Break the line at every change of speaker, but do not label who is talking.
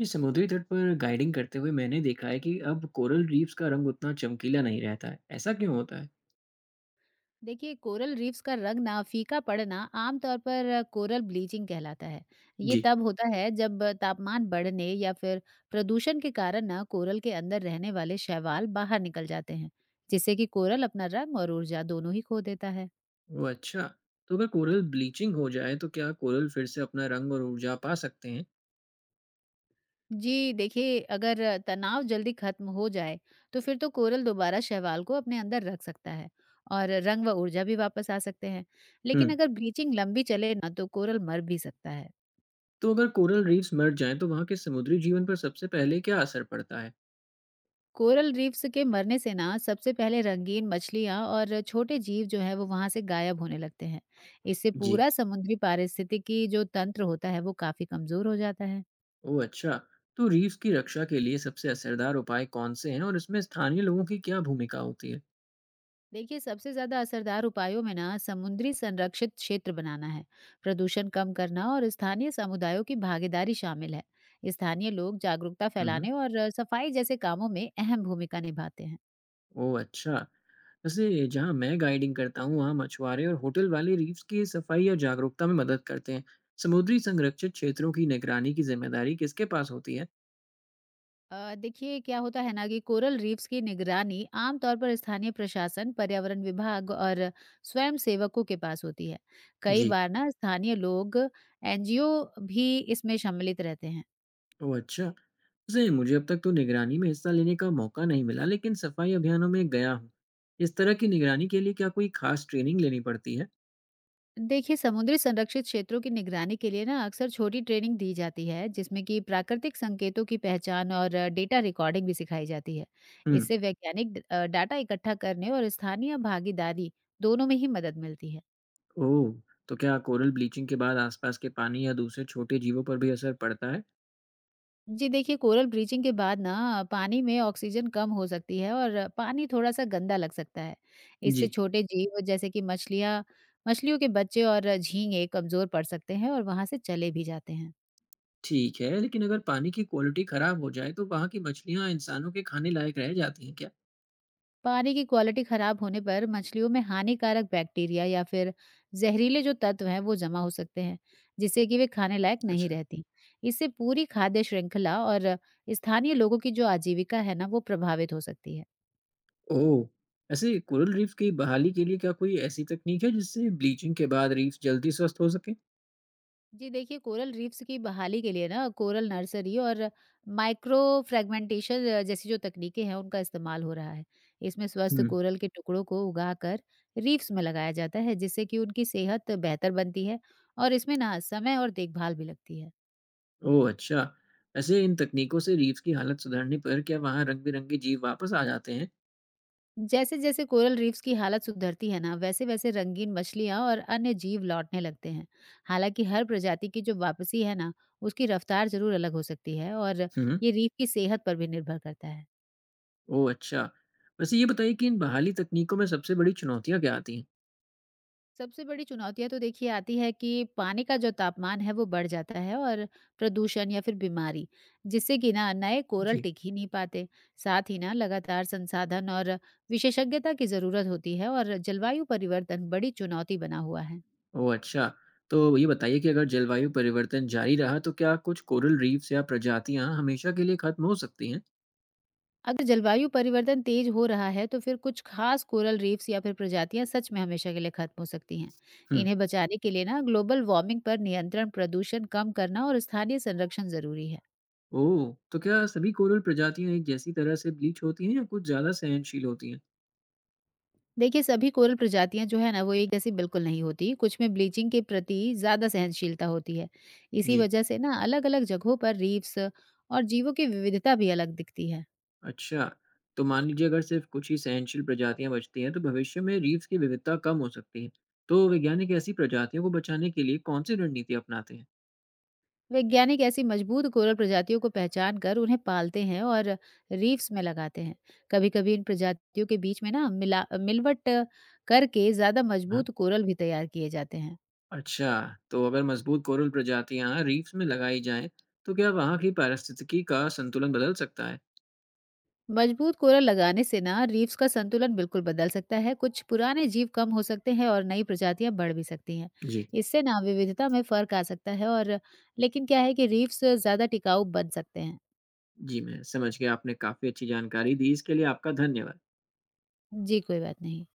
जी, समुद्री तट पर गाइडिंग करते हुए मैंने देखा है कि अब कोरल रीफ्स का रंग उतना चमकीला नहीं रहता है। ऐसा क्यों होता है?
देखिए कोरल रीफ्स का रंग ना फीका पड़ना आमतौर पर कोरल ब्लीचिंग कहलाता है। ये
जी,
तब होता है जब तापमान बढ़ने या फिर प्रदूषण के कारण ना कोरल के अंदर रहने वाले शैवाल बाहर निकल जाते हैं, जिससे कि कोरल अपना रंग और ऊर्जा दोनों ही खो देता है।
वो अच्छा। तो अगर कोरल ब्लीचिंग हो जाए तो क्या कोरल फिर से अपना रंग और ऊर्जा पा सकते हैं?
जी देखिए, अगर तनाव जल्दी खत्म हो जाए तो फिर तो कोरल दोबारा शैवाल को अपने अंदर रख सकता है और रंग व ऊर्जा भी वापस आ सकते हैं। लेकिन
हम्म।
अगर ब्लीचिंग लंबी चले ना तो कोरल मर भी सकता है।
तो अगर कोरल रीफ्स मर जाएं तो वहाँ के समुद्री जीवन पर सबसे पहले क्या असर पड़ता है?
कोरल रीफ्स के मरने से ना सबसे पहले रंगीन मछलियां और छोटे जीव जो है वो वहां से गायब होने लगते हैं। इससे
जी।
पूरा समुद्री पारिस्थितिकी जो तंत्र होता है वो काफी कमजोर हो जाता है।
ओ अच्छा। तो रीफ्स की रक्षा के लिए सबसे असरदार उपाय कौन से हैं और इसमें स्थानीय लोगों की क्या भूमिका होती है?
देखिए सबसे ज्यादा असरदार उपायों में ना समुद्री संरक्षित क्षेत्र बनाना है, प्रदूषण कम करना और स्थानीय समुदायों की भागीदारी शामिल है। स्थानीय लोग जागरूकता
हम्म।
फैलाने और सफाई जैसे कामों में अहम भूमिका निभाते हैं।
ओह! अच्छा। वैसे जहाँ मैं गाइडिंग करता हूँ, वहाँ मछुआरे और होटल वाले रीफ्स की सफाई या जागरूकता में मदद करते हैं। समुद्री संरक्षित क्षेत्रों की निगरानी की ज़िम्मेदारी किसके पास होती है?
देखिए क्या होता है ना कि कोरल रीफ्स की निगरानी आमतौर पर स्थानीय प्रशासन, पर्यावरण विभाग और स्वयं सेवकों के पास होती है। कई
जी।
बार ना स्थानीय लोग, एनजीओ भी इसमें सम्मिलित रहते हैं।
ओह! अच्छा। वैसे मुझे अब तक तो निगरानी में हिस्सा लेने का मौका नहीं मिला, लेकिन सफाई अभियानों में गया हूँ। इस तरह की निगरानी के लिए क्या कोई खास ट्रेनिंग लेनी पड़ती है?
देखिए समुद्री संरक्षित क्षेत्रों की निगरानी के लिए ना अक्सर छोटी ट्रेनिंग दी जाती है, जिसमें कि प्राकृतिक संकेतों की पहचान और डेटा रिकॉर्डिंग भी सिखाई जाती है।
हुँ।
इससे वैज्ञानिक डाटा इकट्ठा करने और स्थानीय भागीदारी दोनों में ही मदद मिलती है।
ओह! तो क्या कोरल ब्लीचिंग के बाद आसपास के पानी या दूसरे छोटे जीवों पर भी असर पड़ता है?
जी देखिए, कोरल ब्लीचिंग के बाद ना पानी में ऑक्सीजन कम हो सकती है और पानी थोड़ा-सा गंदा लग सकता है। इससे
जी।
छोटे जीव जैसे कि मछलियाँ मछलियों के बच्चे और झींगे कमज़ोर पड़ सकते हैं और वहाँ से चले भी जाते हैं।
ठीक है, लेकिन अगर पानी की क्वालिटी खराब हो जाए तो वहाँ की मछलियाँ इंसानों के खाने लायक रह जाती हैं क्या?
पानी की क्वालिटी खराब होने पर मछलियों में हानिकारक बैक्टीरिया या फिर जहरीले जो तत्व हैं, वो जमा हो सकते हैं, जिससे कि वे खाने लायक नहीं
अच्छा।
रहती। इससे पूरी खाद्य श्रृंखला और स्थानीय लोगों की जो आजीविका है ना, वो प्रभावित हो सकती है।
ओह! ऐसे कोरल रीफ की बहाली के लिए क्या कोई ऐसी तकनीक है जिससे ब्लीचिंग के बाद रीफ जल्दी स्वस्थ हो सके?
जी देखिए, कोरल रीफ्स की बहाली के लिए ना कोरल नर्सरी और माइक्रो फ्रेगमेंटेशन जैसी जो तकनीकें हैं उनका इस्तेमाल हो रहा है। इसमें स्वस्थ
हुँ।
कोरल के टुकड़ों को उगाकर रीफ्स में लगाया जाता है, जिससे कि उनकी सेहत बेहतर बनती है। और इसमें ना समय और देखभाल भी लगती है।
ओह अच्छा! ऐसे इन तकनीकों से रीफ्स की हालत सुधरने पर क्या वहाँ रंग-बिरंगे जीव वापस आ जाते हैं?
जैसे जैसे कोरल रीफ्स की हालत सुधरती है ना वैसे वैसे रंगीन मछलियां और अन्य जीव लौटने लगते हैं। हालांकि हर प्रजाति की जो वापसी है ना उसकी रफ्तार जरूर अलग हो सकती है और
हुँ।
ये रीफ की सेहत पर भी निर्भर करता है।
ओह अच्छा! वैसे ये बताइए कि इन बहाली तकनीकों में सबसे बड़ी चुनौतियाँ क्या आती हैं?
सबसे बड़ी चुनौतियाँ तो देखिए आती है कि पानी का जो तापमान है वो बढ़ जाता है, और प्रदूषण या फिर बीमारी, जिससे कि ना नए कोरल
जी।
टिक ही नहीं पाते। साथ ही ना लगातार संसाधन और विशेषज्ञता की जरूरत होती है, और जलवायु परिवर्तन बड़ी चुनौती बना हुआ है।
ओह अच्छा। तो ये बताइए कि अगर जलवायु परिवर्तन जारी रहा तो क्या कुछ कोरल रीफ्स या प्रजातियाँ हमेशा के लिए खत्म हो सकती हैं?
अगर जलवायु परिवर्तन तेज हो रहा है तो फिर कुछ खास कोरल रीफ्स या फिर प्रजातियां सच में हमेशा के लिए खत्म हो सकती हैं।
हम्म।
इन्हें बचाने के लिए ना ग्लोबल वार्मिंग पर नियंत्रण, प्रदूषण कम करना और स्थानीय संरक्षण जरूरी है।
ओह! तो क्या सभी कोरल प्रजातियाँ एक जैसी तरह से ब्लीच होती हैं या कुछ ज़्यादा सहनशील होती हैं?
देखिए सभी कोरल प्रजातियां जो है ना वो एक जैसी बिल्कुल नहीं होती। कुछ में ब्लीचिंग के प्रति ज्यादा सहनशीलता होती है। इसी
जी।
वजह से ना अलग अलग जगहों पर रीफ्स और जीवों की विविधता भी अलग दिखती है।
अच्छा। तो मान लीजिए अगर सिर्फ कुछ ही सहनशील प्रजातियाँ बचती हैं तो भविष्य में रीफ्स की विविधता कम हो सकती है। तो वैज्ञानिक ऐसी प्रजातियों को बचाने के लिए कौन सी रणनीति अपनाते
वैज्ञानिक ऐसी मजबूत कोरल प्रजातियों को पहचान कर उन्हें पालते हैं और रीफ्स में लगाते हैं। कभी कभी इन प्रजातियों के बीच में ना मिला मिलवट करके ज्यादा
हैं?
मजबूत कोरल भी तैयार किए जाते हैं।
अच्छा। तो अगर मजबूत कोरल प्रजातियां रीफ्स में लगाई जाएं तो क्या वहां की पारिस्थितिकी का संतुलन बदल सकता है?
मजबूत कोरा लगाने से ना रीफ्स का संतुलन बिल्कुल बदल सकता है। कुछ पुराने जीव कम हो सकते हैं और नई प्रजातियां बढ़ भी सकती हैं।
जी।
इससे ना विविधता में फर्क आ सकता है, और लेकिन क्या है कि रीफ्स ज्यादा टिकाऊ बन सकते हैं।
जी मैं समझ गया, आपने काफी अच्छी जानकारी दी, इसके लिए आपका धन्यवाद।
जी कोई बात नहीं।